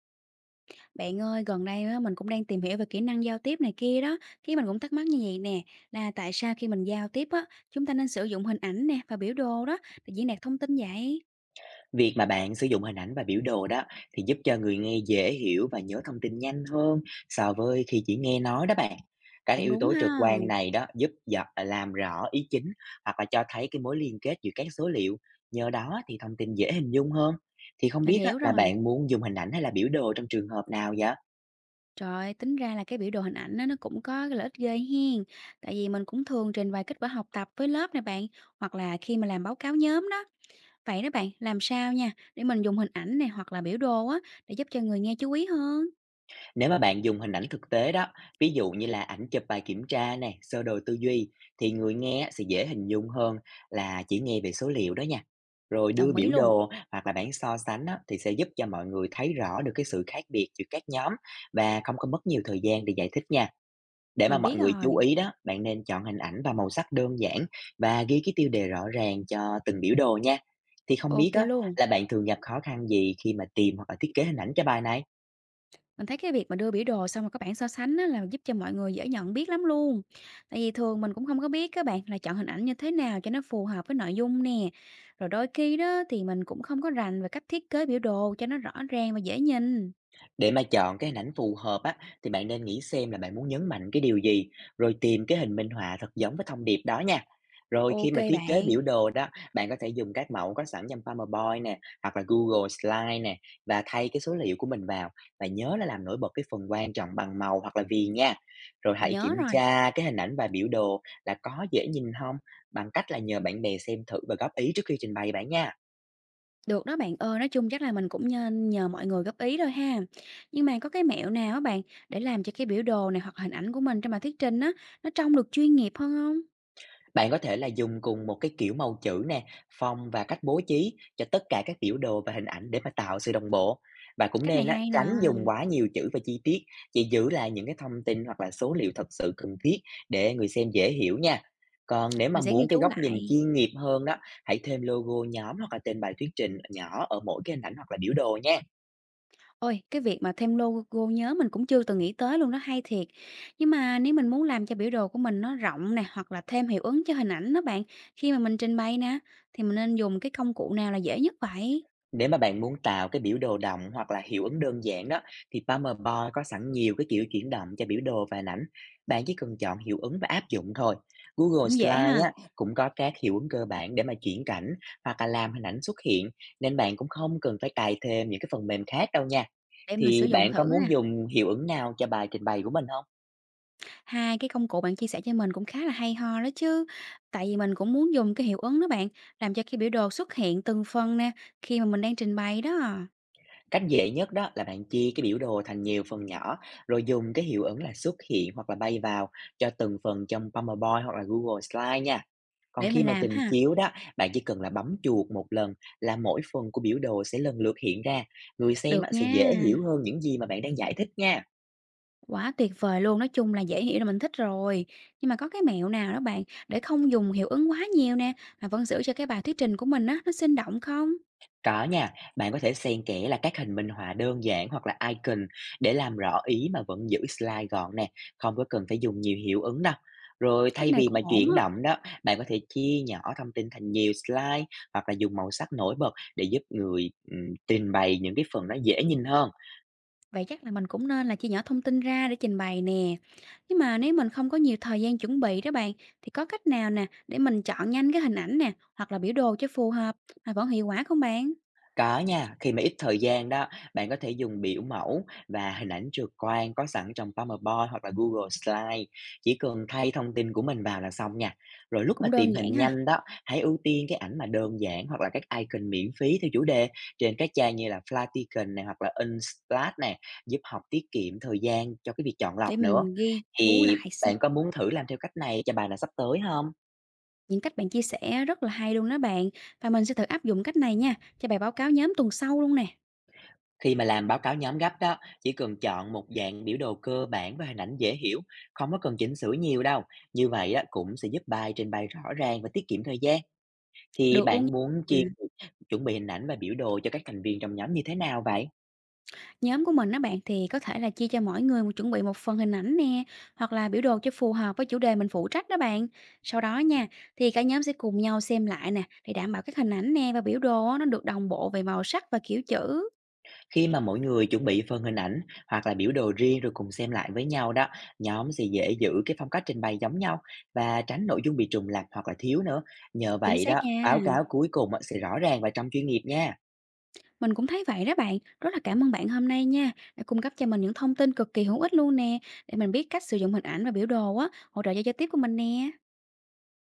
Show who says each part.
Speaker 1: Bạn ơi, gần đây á, mình cũng đang tìm hiểu về kỹ năng giao tiếp này kia đó. Khi mình cũng thắc mắc như vậy nè, là tại sao khi mình giao tiếp á, chúng ta nên sử dụng hình ảnh nè và biểu đồ đó để diễn đạt thông tin vậy?
Speaker 2: Việc mà bạn sử dụng hình ảnh và biểu đồ đó thì giúp cho người nghe dễ hiểu và nhớ thông tin nhanh hơn so với khi chỉ nghe nói đó bạn. Các
Speaker 1: Cũng
Speaker 2: yếu
Speaker 1: đúng
Speaker 2: tố trực
Speaker 1: ha,
Speaker 2: quan này đó giúp làm rõ ý chính hoặc là cho thấy cái mối liên kết giữa các số liệu. Nhờ đó thì thông tin dễ hình dung hơn. Thì không
Speaker 1: mình
Speaker 2: biết á,
Speaker 1: hiểu
Speaker 2: là
Speaker 1: rồi.
Speaker 2: bạn muốn dùng hình ảnh hay là biểu đồ trong trường hợp nào vậy?
Speaker 1: Trời ơi, tính ra là cái biểu đồ hình ảnh á, nó cũng có cái lợi ích ghê hiền. Tại vì mình cũng thường trình bày kết quả học tập với lớp này bạn, hoặc là khi mà làm báo cáo nhóm đó. Vậy đó bạn, làm sao nha, để mình dùng hình ảnh này hoặc là biểu đồ á, để giúp cho người nghe chú ý hơn.
Speaker 2: Nếu mà bạn dùng hình ảnh thực tế đó, ví dụ như là ảnh chụp bài kiểm tra này sơ đồ tư duy, thì người nghe sẽ dễ hình dung hơn là chỉ nghe về số liệu đó nha. Rồi đưa
Speaker 1: Đồng ý
Speaker 2: biểu
Speaker 1: luôn,
Speaker 2: đồ hoặc là bảng so sánh á, thì sẽ giúp cho mọi người thấy rõ được cái sự khác biệt giữa các nhóm và không có mất nhiều thời gian để giải thích nha. Để mà
Speaker 1: mình
Speaker 2: mọi
Speaker 1: biết
Speaker 2: người chú
Speaker 1: rồi.
Speaker 2: ý đó, bạn nên chọn hình ảnh và màu sắc đơn giản và ghi cái tiêu đề rõ ràng cho từng biểu đồ nha. Thì không
Speaker 1: Ok
Speaker 2: biết á,
Speaker 1: luôn.
Speaker 2: là bạn thường gặp khó khăn gì khi mà tìm hoặc là thiết kế hình ảnh cho bài này?
Speaker 1: Mình thấy cái việc mà đưa biểu đồ xong rồi các bạn so sánh á, là giúp cho mọi người dễ nhận biết lắm luôn. Tại vì thường mình cũng không có biết các bạn là chọn hình ảnh như thế nào cho nó phù hợp với nội dung nè. Rồi đôi khi đó thì mình cũng không có rành về cách thiết kế biểu đồ cho nó rõ ràng và dễ nhìn.
Speaker 2: Để mà chọn cái hình ảnh phù hợp á, thì bạn nên nghĩ xem là bạn muốn nhấn mạnh cái điều gì, rồi tìm cái hình minh họa thật giống với thông điệp đó nha. Rồi khi
Speaker 1: Ok
Speaker 2: mà thiết kế
Speaker 1: bạn,
Speaker 2: biểu đồ đó, bạn có thể dùng các mẫu có sẵn trong PowerPoint nè, hoặc là Google Slide nè, và thay cái số liệu của mình vào. Và nhớ là làm nổi bật cái phần quan trọng bằng màu hoặc là viền nha. Rồi
Speaker 1: mình
Speaker 2: hãy
Speaker 1: nhớ
Speaker 2: kiểm
Speaker 1: rồi.
Speaker 2: tra cái hình ảnh và biểu đồ là có dễ nhìn không, bằng cách là nhờ bạn bè xem thử và góp ý trước khi trình bày bạn nha.
Speaker 1: Được đó bạn ơi, nói chung chắc là mình cũng nên nhờ mọi người góp ý thôi ha. Nhưng mà có cái mẹo nào á bạn để làm cho cái biểu đồ này hoặc hình ảnh của mình trong bài thuyết trình á nó trông được chuyên nghiệp hơn không?
Speaker 2: Bạn có thể là dùng cùng một cái kiểu màu chữ nè, phong và cách bố trí cho tất cả các biểu đồ và hình ảnh để mà tạo sự đồng bộ. Và cũng
Speaker 1: Cách này
Speaker 2: nên á,
Speaker 1: hay nè,
Speaker 2: tránh dùng quá nhiều chữ và chi tiết, chỉ giữ lại những cái thông tin hoặc là số liệu thật sự cần thiết để người xem dễ hiểu nha. Còn nếu
Speaker 1: mình
Speaker 2: mà
Speaker 1: sẽ ghi
Speaker 2: muốn cái
Speaker 1: chú
Speaker 2: góc nhìn
Speaker 1: lại.
Speaker 2: chuyên nghiệp hơn đó, hãy thêm logo nhóm hoặc là tên bài thuyết trình nhỏ ở mỗi cái hình ảnh hoặc là biểu đồ nha.
Speaker 1: Ôi, cái việc mà thêm logo nhớ mình cũng chưa từng nghĩ tới luôn đó, hay thiệt. Nhưng mà nếu mình muốn làm cho biểu đồ của mình nó rộng nè, hoặc là thêm hiệu ứng cho hình ảnh đó bạn, khi mà mình trình bày nè, thì mình nên dùng cái công cụ nào là dễ nhất vậy?
Speaker 2: Nếu mà bạn muốn tạo cái biểu đồ động hoặc là hiệu ứng đơn giản đó, thì PowerPoint có sẵn nhiều cái kiểu chuyển động cho biểu đồ và hình ảnh. Bạn chỉ cần chọn hiệu ứng và áp dụng thôi. Google
Speaker 1: Cũng dễ
Speaker 2: Slide
Speaker 1: ha,
Speaker 2: á, cũng có các hiệu ứng cơ bản để mà chuyển cảnh hoặc là làm hình ảnh xuất hiện, nên bạn cũng không cần phải cài thêm những cái phần mềm khác đâu nha.
Speaker 1: để mình sử
Speaker 2: Thì
Speaker 1: dụng
Speaker 2: bạn có
Speaker 1: thử nè.
Speaker 2: muốn dùng hiệu ứng nào cho bài trình bày của mình không?
Speaker 1: Hai cái công cụ bạn chia sẻ cho mình cũng khá là hay ho đó chứ. Tại vì mình cũng muốn dùng cái hiệu ứng đó bạn, làm cho cái biểu đồ xuất hiện từng phần nè, khi mà mình đang trình bày đó.
Speaker 2: Cách dễ nhất đó là bạn chia cái biểu đồ thành nhiều phần nhỏ, rồi dùng cái hiệu ứng là xuất hiện hoặc là bay vào cho từng phần trong PowerPoint hoặc là Google Slide nha. Còn
Speaker 1: Để
Speaker 2: khi
Speaker 1: mình
Speaker 2: mà
Speaker 1: làm
Speaker 2: trình
Speaker 1: ha.
Speaker 2: chiếu đó, bạn chỉ cần là bấm chuột một lần là mỗi phần của biểu đồ sẽ lần lượt hiện ra. Người xem á,
Speaker 1: Được
Speaker 2: sẽ
Speaker 1: nha.
Speaker 2: dễ hiểu hơn những gì mà bạn đang giải thích nha.
Speaker 1: Quá tuyệt vời luôn, nói chung là dễ hiểu là mình thích rồi. Nhưng mà có cái mẹo nào đó bạn để không dùng hiệu ứng quá nhiều nè, mà vẫn giữ cho cái bài thuyết trình của mình á, nó sinh động không?
Speaker 2: Có nha, bạn có thể xen kẽ là các hình minh họa đơn giản hoặc là icon để làm rõ ý mà vẫn giữ slide gọn nè, không có cần phải dùng nhiều hiệu ứng đâu. Rồi
Speaker 1: Cách
Speaker 2: thay
Speaker 1: này
Speaker 2: vì
Speaker 1: cũng
Speaker 2: mà
Speaker 1: ổn
Speaker 2: chuyển
Speaker 1: á.
Speaker 2: động đó, bạn có thể chia nhỏ thông tin thành nhiều slide hoặc là dùng màu sắc nổi bật để giúp người trình bày những cái phần nó dễ nhìn hơn.
Speaker 1: Vậy chắc là mình cũng nên là chia nhỏ thông tin ra để trình bày nè. Nhưng mà nếu mình không có nhiều thời gian chuẩn bị đó bạn, thì có cách nào nè để mình chọn nhanh cái hình ảnh nè, hoặc là biểu đồ cho phù hợp mà vẫn hiệu quả không bạn?
Speaker 2: Có nha, khi mà ít thời gian đó, bạn có thể dùng biểu mẫu và hình ảnh trực quan có sẵn trong PowerPoint hoặc là Google Slide. Chỉ cần thay thông tin của mình vào là xong nha. Rồi lúc mà
Speaker 1: Cũng đơn
Speaker 2: tìm
Speaker 1: giản
Speaker 2: hình
Speaker 1: ha,
Speaker 2: nhanh đó, hãy ưu tiên cái ảnh mà đơn giản hoặc là các icon miễn phí theo chủ đề trên các trang như là Flatiron này hoặc là Unsplash này, giúp học tiết kiệm thời gian cho cái việc chọn lọc
Speaker 1: để
Speaker 2: nữa.
Speaker 1: mình ghi chú
Speaker 2: Thì
Speaker 1: lại xem.
Speaker 2: bạn có muốn thử làm theo cách này cho bài là sắp tới không?
Speaker 1: Những cách bạn chia sẻ rất là hay luôn đó bạn, và mình sẽ thử áp dụng cách này nha, cho bài báo cáo nhóm tuần sau luôn nè.
Speaker 2: Khi mà làm báo cáo nhóm gấp đó, chỉ cần chọn một dạng biểu đồ cơ bản và hình ảnh dễ hiểu, không có cần chỉnh sửa nhiều đâu. Như vậy á, cũng sẽ giúp bài trình bày rõ ràng và tiết kiệm thời gian. Thì
Speaker 1: Được luôn.
Speaker 2: bạn muốn
Speaker 1: Ừm.
Speaker 2: chia chuẩn bị hình ảnh và biểu đồ cho các thành viên trong nhóm như thế nào vậy?
Speaker 1: Nhóm của mình đó bạn thì có thể là chia cho mỗi người một chuẩn bị một phần hình ảnh nè hoặc là biểu đồ cho phù hợp với chủ đề mình phụ trách đó bạn, sau đó nha, thì cả nhóm sẽ cùng nhau xem lại nè, để đảm bảo các hình ảnh nè và biểu đồ á, nó được đồng bộ về màu sắc và kiểu chữ.
Speaker 2: Khi mà mỗi người chuẩn bị phần hình ảnh hoặc là biểu đồ riêng rồi cùng xem lại với nhau đó, nhóm sẽ dễ giữ cái phong cách trình bày giống nhau và tránh nội dung bị trùng lặp hoặc là thiếu nữa. Nhờ
Speaker 1: Chính
Speaker 2: vậy
Speaker 1: xác
Speaker 2: đó,
Speaker 1: nha.
Speaker 2: báo cáo cuối cùng á, sẽ rõ ràng và trong chuyên nghiệp nha.
Speaker 1: Mình cũng thấy vậy đó bạn. Rất là cảm ơn bạn hôm nay nha, đã cung cấp cho mình những thông tin cực kỳ hữu ích luôn nè, để mình biết cách sử dụng hình ảnh và biểu đồ á, hỗ trợ cho giao tiếp của mình nè.